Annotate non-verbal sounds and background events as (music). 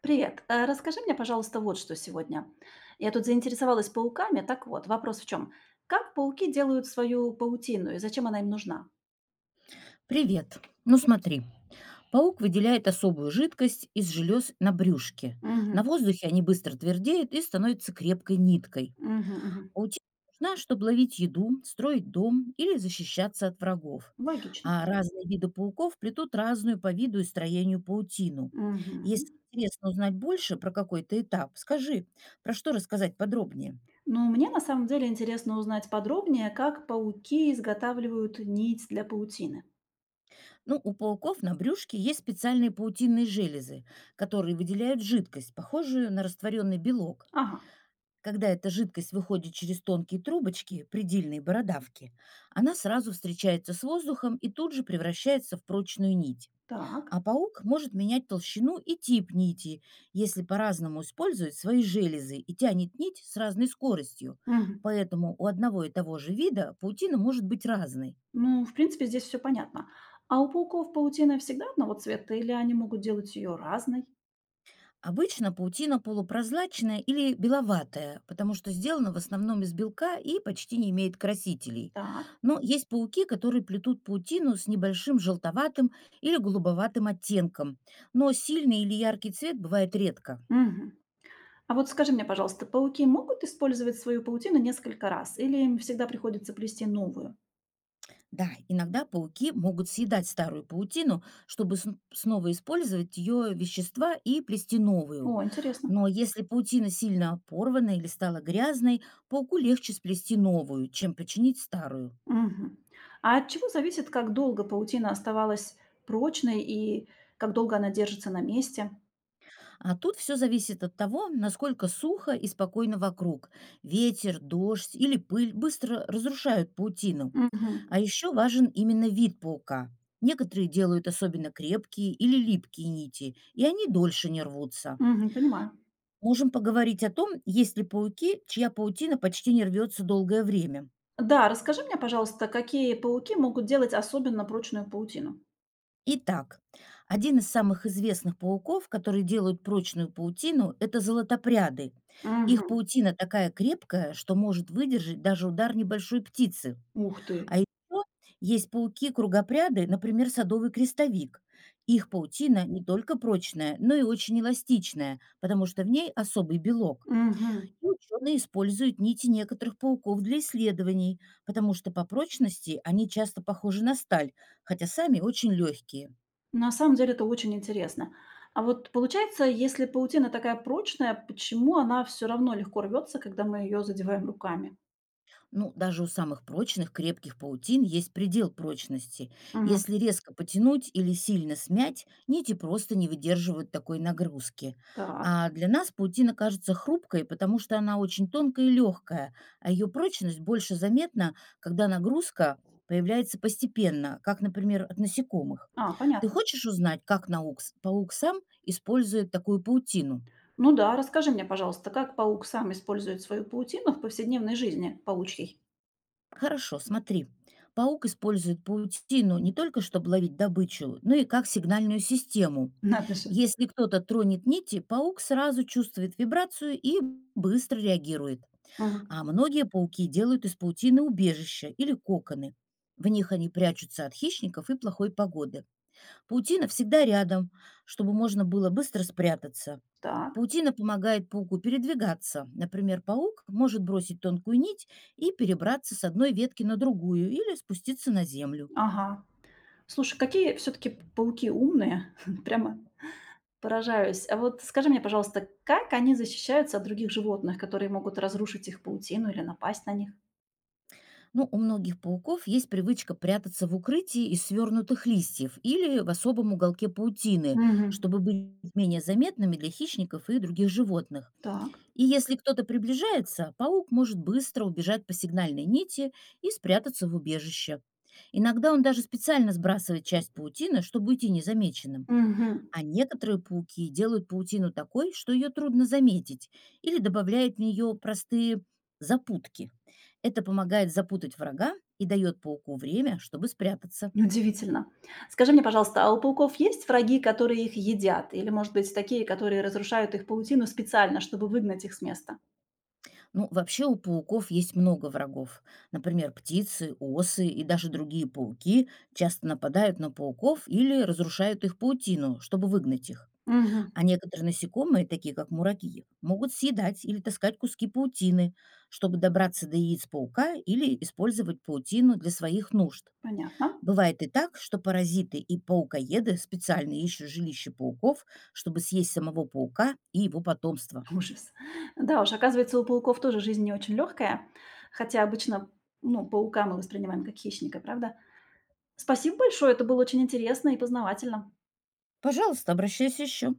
Привет. Расскажи мне, пожалуйста, вот что сегодня. Я тут заинтересовалась пауками. Так вот, вопрос в чем? Как пауки делают свою паутину и зачем она им нужна? Привет. Ну смотри, паук выделяет особую жидкость из желез на брюшке. Мгм, На воздухе они быстро твердеют и становятся крепкой ниткой. мгм, мгм. Паутина нужна, чтобы ловить еду, строить дом или защищаться от врагов. Логично. А разные виды пауков плетут разную по виду и строению паутину. Мгм. Если интересно узнать больше про какой-то этап, скажи, про что рассказать подробнее. Ну, мне на самом деле интересно узнать подробнее, как пауки изготавливают нить для паутины. Ну, у пауков на брюшке есть специальные паутинные железы, которые выделяют жидкость, похожую на растворенный белок. Ага, Когда эта жидкость выходит через тонкие трубочки, предельные бородавки, она сразу встречается с воздухом и тут же превращается в прочную нить. так. А паук может менять толщину и тип нити, если по-разному использует свои железы и тянет нить с разной скоростью. Мгм. Поэтому у одного и того же вида паутина может быть разной. Ну, в принципе, здесь все понятно. А у пауков паутина всегда одного цвета или они могут делать ее разной? Обычно паутина полупрозрачная или беловатая, потому что сделана в основном из белка и почти не имеет красителей. Так. Но есть пауки, которые плетут паутину с небольшим желтоватым или голубоватым оттенком, но сильный или яркий цвет бывает редко. Мгм. А вот скажи мне, пожалуйста, пауки могут использовать свою паутину несколько раз или им всегда приходится плести новую? Да, иногда пауки могут съедать старую паутину, чтобы снова использовать ее вещества и плести новую. О, интересно. Но если паутина сильно порвана или стала грязной, пауку легче сплести новую, чем починить старую. Мгм. А от чего зависит, как долго паутина оставалась прочной и как долго она держится на месте? А тут все зависит от того, насколько сухо и спокойно вокруг. Ветер, дождь или пыль быстро разрушают паутину. Мгм. А еще важен именно вид паука. Некоторые делают особенно крепкие или липкие нити, и они дольше не рвутся. Мгм, понимаю. Можем поговорить о том, есть ли пауки, чья паутина почти не рвется долгое время. Да, расскажи мне, пожалуйста, какие пауки могут делать особенно прочную паутину? Итак, один из самых известных пауков, которые делают прочную паутину, это золотопряды. Их Угу. паутина такая крепкая, что может выдержать даже удар небольшой птицы. Ух ты. А еще есть пауки-кругопряды, например, садовый крестовик. Их паутина не только прочная, но и очень эластичная, потому что в ней особый белок. Мгм. И ученые используют нити некоторых пауков для исследований, потому что по прочности они часто похожи на сталь, хотя сами очень легкие. На самом деле это очень интересно. А вот получается, если паутина такая прочная, почему она все равно легко рвется, когда мы ее задеваем руками? Ну, даже у самых прочных, крепких паутин есть предел прочности. Мгм. Если резко потянуть или сильно смять, нити просто не выдерживают такой нагрузки. Так, А для нас паутина кажется хрупкой, потому что она очень тонкая и легкая, а ее прочность больше заметна, когда нагрузка появляется постепенно, как, например, от насекомых. а, Ты понятно. хочешь узнать, как паук сам использует такую паутину? Ну да, расскажи мне, пожалуйста, как паук сам использует свою паутину в повседневной жизни паучьей? Хорошо, смотри. Паук использует паутину не только чтобы ловить добычу, но и как сигнальную систему. (laughs) Надо же. Если кто-то тронет нити, паук сразу чувствует вибрацию и быстро реагирует. Мгм. А многие пауки делают из паутины убежища или коконы. В них они прячутся от хищников и плохой погоды. Паутина всегда рядом, чтобы можно было быстро спрятаться. Так, Паутина помогает пауку передвигаться. Например, паук может бросить тонкую нить и перебраться с одной ветки на другую или спуститься на землю. ага. Слушай, какие все-таки пауки умные, (laughs) прямо поражаюсь. А вот скажи мне, пожалуйста, как они защищаются от других животных, которые могут разрушить их паутину или напасть на них? Но у многих пауков есть привычка прятаться в укрытии из свернутых листьев или в особом уголке паутины, Мгм. чтобы быть менее заметными для хищников и других животных. Так. И если кто-то приближается, паук может быстро убежать по сигнальной нити и спрятаться в убежище. Иногда он даже специально сбрасывает часть паутины, чтобы уйти незамеченным. Мгм. А некоторые пауки делают паутину такой, что ее трудно заметить, или добавляют в нее простые запутки. Это помогает запутать врага и дает пауку время, чтобы спрятаться. Удивительно. Скажи мне, пожалуйста, а у пауков есть враги, которые их едят? Или, может быть, такие, которые разрушают их паутину специально, чтобы выгнать их с места? Ну, вообще у пауков есть много врагов. Например, птицы, осы и даже другие пауки часто нападают на пауков или разрушают их паутину, чтобы выгнать их. Мгм. А некоторые насекомые, такие как муравьи, могут съедать или таскать куски паутины, чтобы добраться до яиц паука или использовать паутину для своих нужд. Понятно. Бывает и так, что паразиты и паукоеды специально ищут жилище пауков, чтобы съесть самого паука и его потомство. Ужас. Да уж, оказывается, у пауков тоже жизнь не очень легкая, хотя обычно, ну, паука мы воспринимаем как хищника, правда? Спасибо большое, это было очень интересно и познавательно. Пожалуйста, обращайся еще.